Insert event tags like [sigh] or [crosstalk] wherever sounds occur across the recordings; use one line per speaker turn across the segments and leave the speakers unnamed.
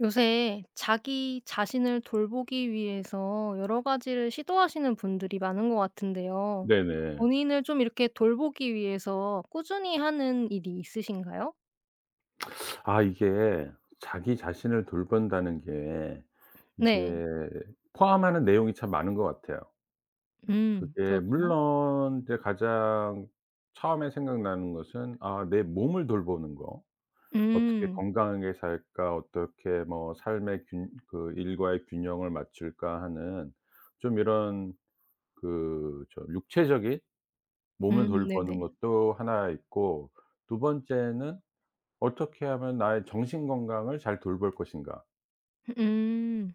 요새 자기 자신을 돌보기 위해서 여러 가지를 시도하시는 분들이 많은 것 같은데요.
네네.
본인을 좀 이렇게 돌보기 위해서 꾸준히 하는 일이 있으신가요?
아 이게 자기 자신을 돌본다는 게
네.
이게 포함하는 내용이 참 많은 것 같아요. 그게
그렇죠.
물론 이제 가장 처음에 생각나는 것은 아 내 몸을 돌보는 거. '어떻게
음.
건강하게 살까? 어떻게 뭐 삶의 균 그 일과의 균형을 맞출까?' 하는 좀 이런 그저 육체적인 몸을
네네.
돌보는 것도 하나 있고, 두 번째는 '어떻게 하면 나의 정신 건강을 잘 돌볼 것인가.'
음.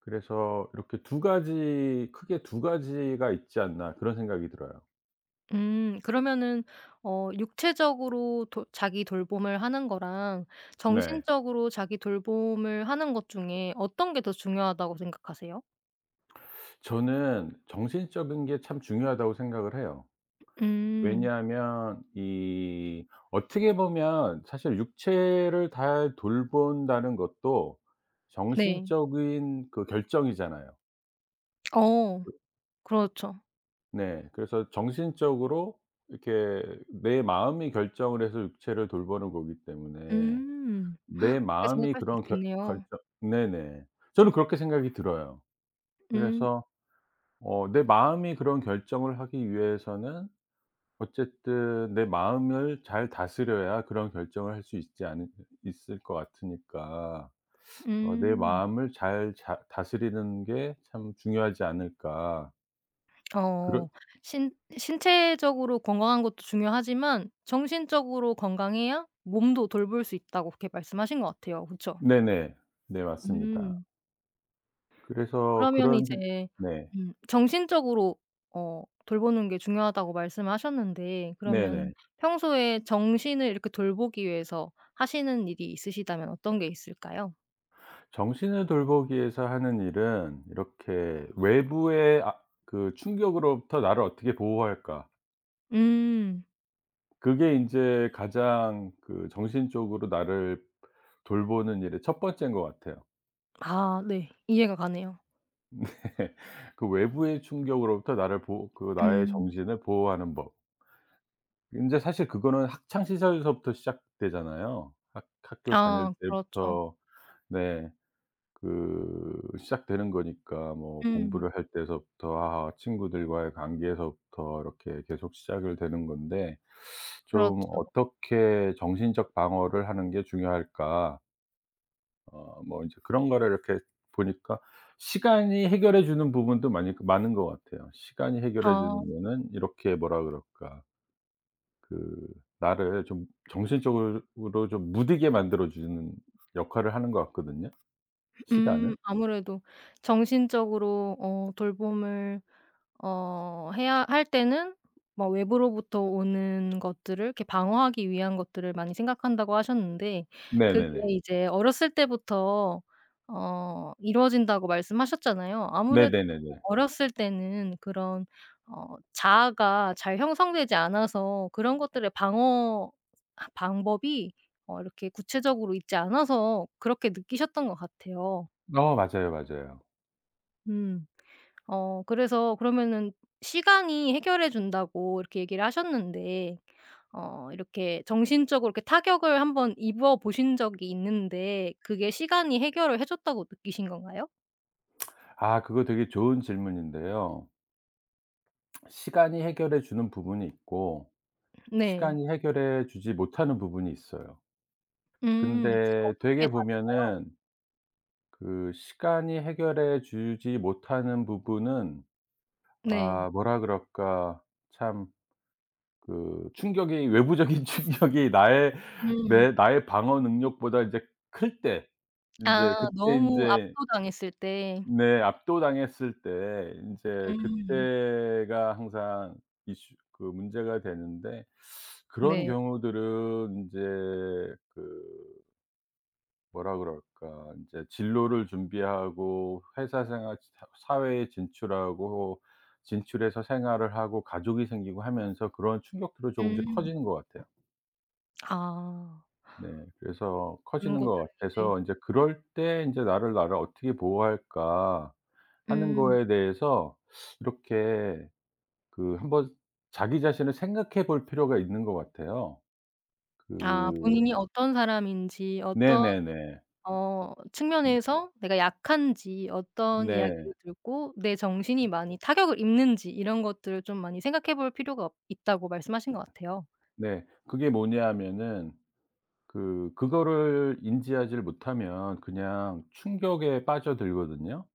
그래서 이렇게 두 가지, 크게 두 가지가 있지 않나 그런 생각이 들어요.
그러면은 육체적으로 자기 돌봄을 하는 거랑
네.
정신적으로 자기 돌봄을 하는 것 중에 어떤 게 더 중요하다고 생각하세요?
저는 정신적인 게 참 중요하다고 생각을 해요.
음.
왜냐하면 이 어떻게 보면 사실 육체를 잘 돌본다는 것도
네.
정신적인 그 결정이잖아요.
어. 그렇죠.
네. 그래서 정신적으로 이렇게 내 마음이 결정을 해서 육체를 돌보는 거기 때문에
음.
내
그렇게
마음이
생각할 수
그런 결
있겠네요.
결정 네네. 저는 그렇게 생각이 들어요.
음
그래서 내 마음이 그런 결정을 하기 위해서는 어쨌든 내 마음을 잘 다스려야 그런 결정을 할 수 있지 않을 있을 것 같으니까 '내
음.
마음을 잘 자 다스리는 게 참 중요하지 않을까.' 그런
어. 신 신체적으로 건강한 것도 중요하지만 정신적으로 건강해야 몸도 돌볼 수 있다고 그렇게 말씀하신 것 같아요. 그쵸?
네네. 네 맞습니다.
음.
그래서
그러면
그런
이제
네.
정신적으로 돌보는 게 중요하다고 말씀을 하셨는데 그러면
네네.
평소에 정신을 이렇게 돌보기 위해서 하시는 일이 있으시다면 어떤 게 있을까요?
정신을 돌보기 위해서 하는 일은 이렇게 '외부의 그 충격으로부터 나를 어떻게 보호할까.'
음.
그게 인제 가장 그 정신적으로 나를 돌보는 일의 첫 번째인 것 같아요.
아 네. 이해가 가네요.
[laughs] 그 외부의 충격으로부터 나를 보호 그 나의
음.
정신을 보호하는 법. 인제 사실 그거는 학창 시절서부터 시작되잖아요. 학 학교 다닐
아 그렇죠.
때부터 네. 그 시작되는 거니까 뭐
음.
공부를 할 때서부터 아 친구들과의 관계에서부터 이렇게 계속 시작을 되는 건데, 좀
그렇죠.
'어떻게 정신적 방어를 하는 게 중요할까?' 뭐 이제 그런 거를 이렇게 보니까 시간이 해결해 주는 부분도 많이 그 많은 것 같아요. 시간이 해결해 주는
아
거는 이렇게 뭐라 그럴까, 그 나를 좀 정신적으로 좀 무디게 만들어 주는 역할을 하는 것 같거든요, 시간은.
아무래도 정신적으로 돌봄을 해야 할 때는 뭐 외부로부터 오는 것들을 이렇게 방어하기 위한 것들을 많이 생각한다고 하셨는데 그게
네네네.
이제 어렸을 때부터 이루어진다고 말씀하셨잖아요. 아무래도
네네네네.
어렸을 때는 그런 자아가 잘 형성되지 않아서 그런 것들의 방어 방법이 이렇게 구체적으로 있지 않아서 그렇게 느끼셨던 것 같아요.
맞아요, 맞아요.
음. 그래서 그러면은 시간이 해결해 준다고 이렇게 얘기를 하셨는데 이렇게 정신적으로 이렇게 타격을 한번 입어 보신 적이 있는데 그게 시간이 해결을 해 줬다고 느끼신 건가요?
아 그거 되게 좋은 질문인데요. 시간이 해결해 주는 부분이 있고
네.
시간이 해결해 주지 못하는 부분이 있어요.
그게
근데
어떻게
되게
다른가요?
보면은 그 시간이 해결해 주지 못하는 부분은
네.
아 뭐라 그럴까, 참 그 충격이 [laughs] 외부적인 충격이
음.
나의 방어 능력보다 인제 클 때,
아
인제 그때
너무
인제
압도당했을 때.
네. 압도당했을 때 인제
음.
그때가 항상 이슈 그 문제가 되는데, 그런
네.
경우들은 인제 그 뭐라 그럴까. 인제 진로를 준비하고 회사 생활 사 사회에 진출하고 진출해서 생활을 하고 가족이 생기고 하면서 그런 충격들은 조금씩
음.
커지는 것 같아요.
아.
네. 그래서
그런
커지는 것
것들은 이제
같아서 인제 그럴 때 인제 '나를 어떻게 보호할까.' 하는
음.
거에 대해서 이렇게 그 한번 자기 자신을 생각해 볼 필요가 있는 것 같아요.
아
그
본인이 어떤 사람인지 어떤
네네네. 네.
측면에서 내가 약한지 어떤
네.
이야기를 들고 내 정신이 많이 타격을 입는지 이런 것들을 좀 많이 생각해 볼 필요가 없 있다고 말씀하신 것 같아요.
네. 그게 뭐냐면은 그거를 인지하지를 못하면 그냥 충격에 빠져들거든요.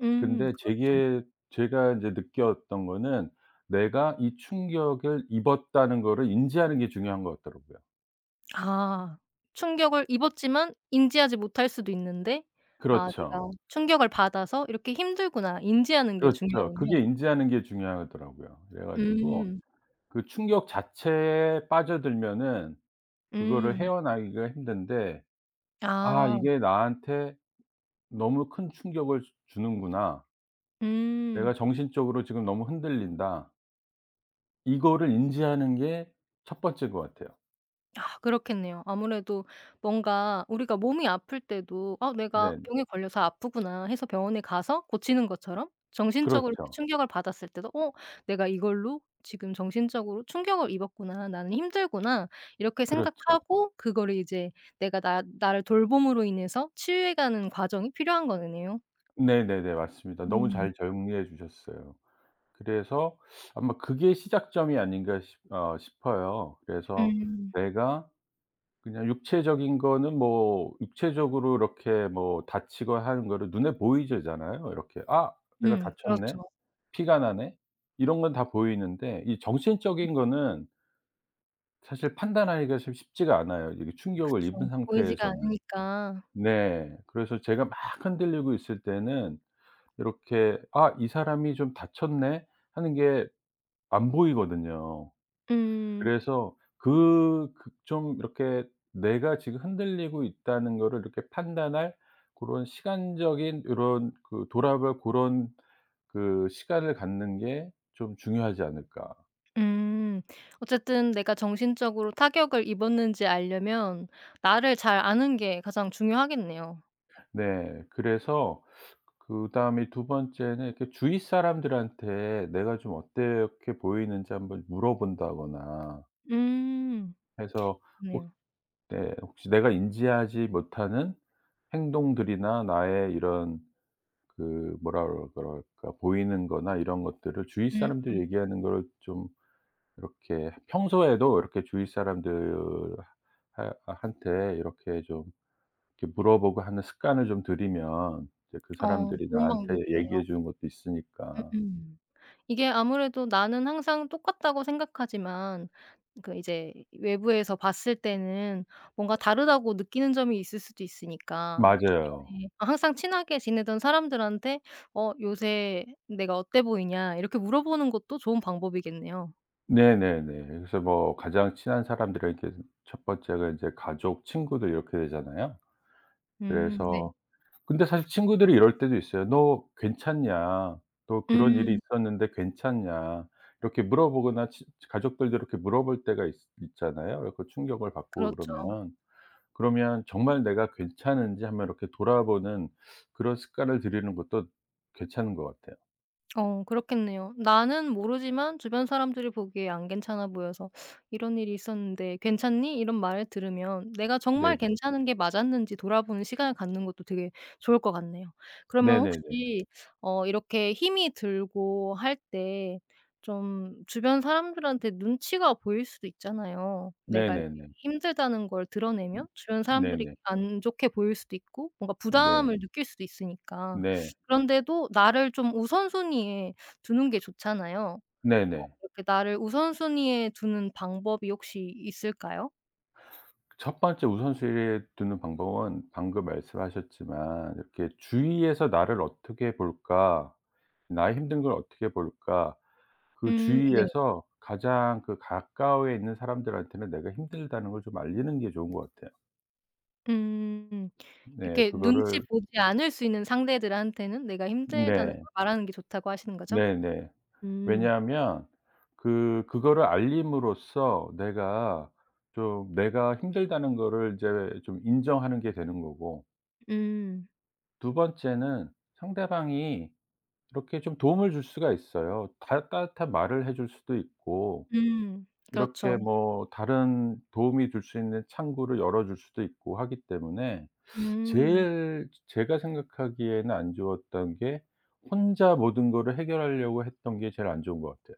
근데
그렇죠.
제게 제가 인제 느꼈던 거는 '내가 이 충격을 입었다는 거를 인지하는 게 중요한 것 같더라고요.'
아 충격을 입었지만 인지하지 못할 수도 있는데 아
그렇죠.
내가 충격을 받아서 이렇게 힘들구나 인지하는 게
그렇죠.
중요하군요.
그게 인지하는 게 중요하더라고요. 그래 가지고
음.
그 충격 자체에 빠져들면은 그거를
음.
헤어나기가 힘든데 '아
아.
이게 나한테 너무 큰 충격을 주 주는구나. 내가
음.
정신적으로 지금 너무 흔들린다.' 이거를 인지하는 게 첫 번째인 것 같아요.
아 그렇겠네요. 아무래도 뭔가 우리가 몸이 아플 때도 '아 내가
네네.
병에 걸려서 아프구나.' 해서 병원에 가서 고치는 것처럼 정신적으로 이렇게
그렇죠.
충격을 받았을 때도 '어 내가 이걸로 지금 정신적으로 충격을 입었구나. 나는 힘들구나.' 이렇게
그렇죠.
생각하고 그거를 이제 내가 나 나를 돌봄으로 인해서 치유해 가는 과정이 필요한 거네요.
네네네. 맞습니다. 너무
음.
잘 정리해 주셨어요. 그래서 아마 그게 시작점이 아닌가 싶 어 싶어요. 그래서
음.
내가 그냥 육체적인 거는 뭐 육체적으로 이렇게 뭐 다치거나 하는 거를 눈에 보이잖아요. 이렇게 '아 내가 다쳤네.
그렇죠.
피가 나네.' 이런 건 다 보이는데 이 정신적인 거는 사실 판단하기가 참 쉽지가 않아요, 이게 충격을
그쵸.
입은
보이지가
상태에서는.
않으니까.
네. 그래서 제가 막 흔들리고 있을 때는 이렇게 '아 이 사람이 좀 다쳤네.' 하는 게 안 보이거든요.
음.
그래서 그 좀 이렇게 내가 지금 흔들리고 있다는 거를 이렇게 판단할 고런, 시간적인 요런 그 돌아볼 고런 그 시간을 갖는 게 좀 중요하지 않을까.
음. 어쨌든 내가 정신적으로 타격을 입었는지 알려면 나를 잘 아는 게 가장 중요하겠네요.
네. 그래서 그다음에 두 번째는 이렇게 주위 사람들한테 내가 좀 어떻게 보이는지 한번 물어본다거나
음.
해서 혹
그러네요.
네 혹시 내가 인지하지 못하는 행동들이나 나의 이런 그 뭐라 그럴까 보이는 거나 이런 것들을 주위 사
음.
람들 얘기하는 거를 좀 이렇게 평소에도 이렇게 주위 사람들 하 한테 이렇게 좀 이렇게 물어보고 하는 습관을 좀 들이면 이제 그 사람들이
좋은
나한테
방법이네요.
얘기해 주는 것도 있으니까.
음음. 이게 아무래도 나는 항상 똑같다고 생각하지만 그 이제 외부에서 봤을 때는 뭔가 다르다고 느끼는 점이 있을 수도 있으니까
맞아요.
주변에 아, 항상 친하게 지내던 사람들한테 "어 요새 내가 어때 보이냐?" 이렇게 물어보는 것도 좋은 방법이겠네요.
네네네. 그래서 뭐 가장 친한 사람들에게, 첫 번째가 인제 가족, 친구들 이렇게 되잖아요.
네.
그래서 근데 사실 친구들이 이럴 때도 있어요. "너 괜찮냐? 너 그런 일이
음
있었는데 괜찮냐?" 이렇게 물어보거나 치 가족들도 이렇게 물어볼 때가 있 있잖아요. 그 충격을 받고
그렇죠.
그러면. 그러면 정말 내가 괜찮은지 한번 이렇게 돌아보는 그런 습관을 들이는 것도 괜찮은 것 같아요.
그렇겠네요. 나는 모르지만 주변 사람들이 보기에 안 괜찮아 보여서 "이런 일이 있었는데 괜찮니?" 이런 말을 들으면 내가 정말
네네.
괜찮은 게 맞았는지 돌아보는 시간을 갖는 것도 되게 좋을 것 같네요. 그러면
네네네.
혹시 이렇게 힘이 들고 할 때 좀 주변 사람들한테 눈치가 보일 수도 있잖아요. 내가 이렇게
네네네.
힘들다는 걸
음.
드러내면 주변 사람들이
네네.
안 좋게 보일 수도 있고 뭔가
네.
부담을 느낄 수도 있으니까
네.
그런데도 나를 좀 우선순위에 두는 게 좋잖아요.
네네.
이렇게 나를 우선순위에 두는 방법이 혹시 있을까요?
첫 번째 우선순위에 두는 방법은 방금 말씀하셨지만 이렇게 '주위에서 나를 어떻게 볼까? 나의 힘든 걸 어떻게 볼까?' 그
음. 네.
주위에서 가장 그 가까워에 있는 사람들한테는 내가 힘들다는 걸 좀 알리는 게 좋은 것 같아요.
음.
네.
이렇게 눈치
그거를
보지 않을 수 있는 상대들한테는 내가 힘들다는
네.
걸 말하는 게 좋다고 하시는 거죠?
네네.
음.
왜냐하면 그 그거를 알림으로써 내가 힘들다는 거를 이제 좀 인정하는 게 되는 거고,
음.
두 번째는 상대방이 이렇게 좀 도움을 줄 수가 있어요. 다 따뜻한 말을 해줄 수도 있고
음.
이렇게
그렇죠.
뭐 다른 도움이 줄 수 있는 창구를 열어 줄 수도 있고 하기 때문에,
음.
제일 제가 생각하기에는 안 좋았던 게 혼자 모든 거를 해결하려고 했던 게 제일 안 좋은 것 같아요.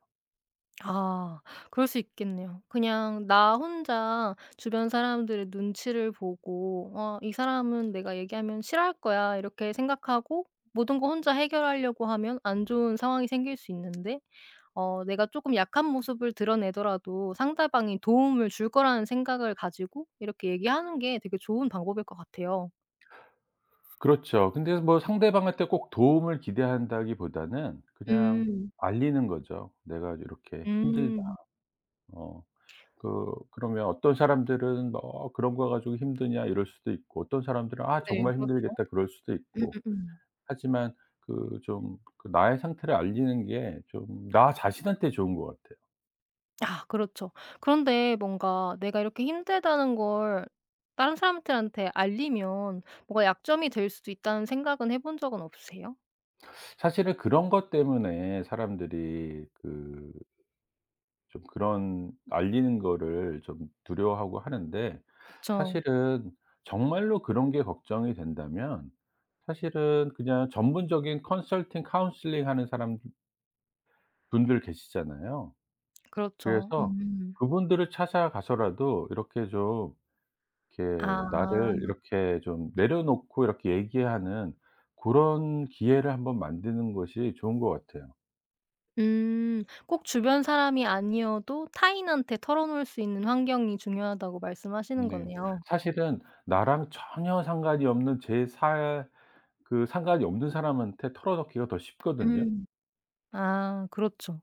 아 그럴 수 있겠네요. 그냥 나 혼자 주변 사람들의 눈치를 보고 '어 이 사람은 내가 얘기하면 싫어할 거야.' 이렇게 생각하고 모든 거 혼자 해결하려고 하면 안 좋은 상황이 생길 수 있는데 내가 조금 약한 모습을 드러내더라도 상대방이 도움을 줄 거라는 생각을 가지고 이렇게 얘기하는 게 되게 좋은 방법일 것 같아요.
그렇죠. 근데 뭐 상대방한테 꼭 도움을 기대한다기보다는 그냥
음.
알리는 거죠. "내가 이렇게 힘들다."
음.
어. 그러면 어떤 사람들은 "뭐 그런 거 가지고 힘드냐." 이럴 수도 있고 어떤 사람들은 "아
네.
정말
그렇죠.
힘들겠다." 그럴 수도 있고.
음음음.
하지만 그 좀 그 나의 상태를 알리는 게 좀 나 자신한테 좋은 것 같아요.
아 그렇죠. 그런데 뭔가 내가 이렇게 힘들다는 걸 다른 사람들한테 알리면 뭔가 약점이 될 수도 있다는 생각은 해본 적은 없으세요?
사실은 그런 것 때문에 사람들이 그 좀 그런 알리는 거를 좀 두려워하고 하는데,
그쵸.
사실은 정말로 그런 게 걱정이 된다면 사실은 그냥 전문적인 컨설팅, 카운슬링 하는 사람 분들 계시잖아요.
그렇죠.
그래서
음.
그분들을 찾아가서라도 이렇게 좀 이렇게
아.
나를 이렇게 좀 내려놓고 이렇게 얘기하는 그런 기회를 한번 만드는 것이 좋은 것 같아요.
음. 꼭 주변 사람이 아니어도 타인한테 털어놓을 수 있는 환경이 중요하다고 말씀하시는
네.
거네요.
사실은 나랑 전혀 상관이 없는 제 사 그 상관이 없는 사람한테 털어놓기가 더 쉽거든요.
음. 아 그렇죠.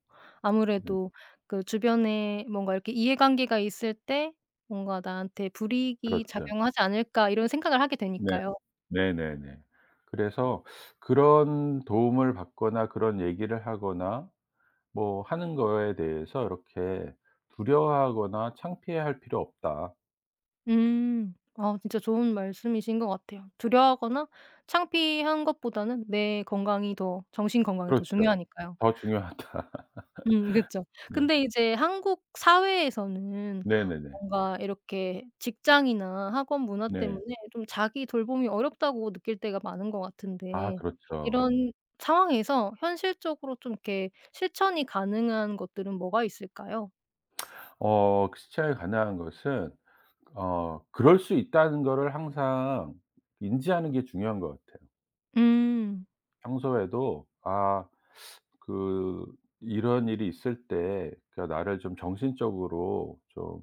네.
아무래도 그 주변에 뭔가 이렇게 이해관계가 있을 때 뭔가 '나한테 불이익이
그렇죠.
작용하지 않을까.' 이런 생각을 하게
네.
되니까요.
네네네. 그래서 그런 도움을 받거나 그런 얘기를 하거나 뭐 하는 거에 대해서 이렇게 두려워하거나 창피해할 필요 없다.
음. 아 진짜 좋은 말씀이신 것 같아요. 두려워하거나 창피한 것보다는 내 건강이 더 정신 건강이 더
그렇죠.
중요하니까요.
더 중요하다. [laughs]
그쵸.
네.
근데 이제 한국 사회에서는
네네네.
뭔가 이렇게 직장이나 학원 문화
네.
때문에 좀 자기 돌봄이 어렵다고 느낄 때가 많은 것
아
같은데
그렇죠.
이런 상황에서 현실적으로 좀 이렇게 실천이 가능한 것들은 뭐가 있을까요?
그 시차에 관한 것은 그럴 수 있다는 거를 항상 인지하는 게 중요한 것 같아요.
음.
평소에도 아 그 이런 일이 있을 때 그러니까 나를 좀 정신적으로 좀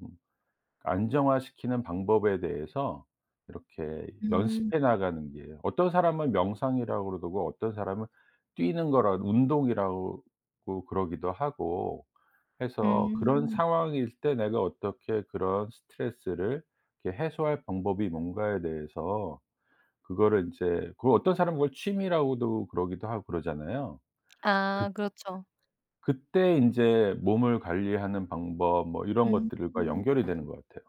안정화시키는 방법에 대해서 이렇게
음.
연습해 나가는 게, 어떤 사람은 명상이라고 그러고 어떤 사람은 뛰는 거라 운동이라고 그러기도 하고 해서, 그런
음.
상황일 때 내가 어떻게 그런 스트레스를 이렇게 해소할 방법이 뭔가에 대해서 그거를 인제 그 어떤 사람은 그걸 취미라고도 그러기도 하고 그러잖아요. 그
아 그렇죠.
그때 인제 몸을 관리하는 방법 뭐 이런
음.
것들과 연결이 되는 것 같아요.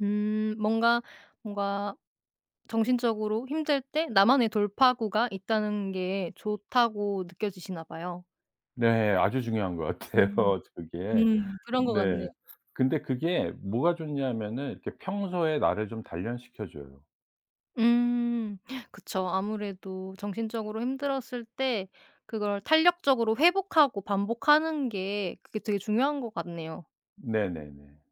음 뭔가, 뭔가 정신적으로 힘들 때 나만의 돌파구가 있다는 게 좋다고 느껴지시나 봐요.
네. 아주 중요한 것 같아요
음.
[laughs] 그게.
음. 그런 것 같네요.
네. 근데 그게 뭐가 좋냐면은 이렇게 평소에 나를 좀 단련시켜 줘요.
음. 그쵸. 아무래도 정신적으로 힘들었을 때 그걸 탄력적으로 회복하고 반복하는 게 그게 되게 중요한 것 같네요.
네네네.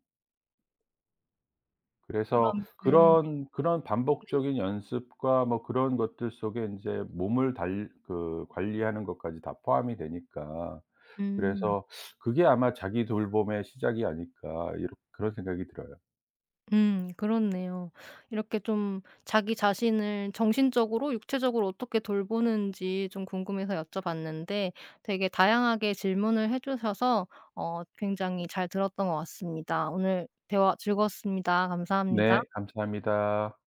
그래서
그러면은
그런
네.
반복적인 연습과 뭐 그런 것들 속에 인제 몸을 달 그 관리하는 것까지 다 포함이 되니까,
음.
그래서 그게 아마 자기 돌봄의 시작이 아닐까 이렇 그런 생각이 들어요.
그렇네요. 이렇게 좀 자기 자신을 정신적으로 육체적으로 어떻게 돌보는지 좀 궁금해서 여쭤봤는데 되게 다양하게 질문을 해 주셔서 굉장히 잘 들었던 것 같습니다. 오늘 대화 즐거웠습니다.
네.
감사합니다.
감사합니다.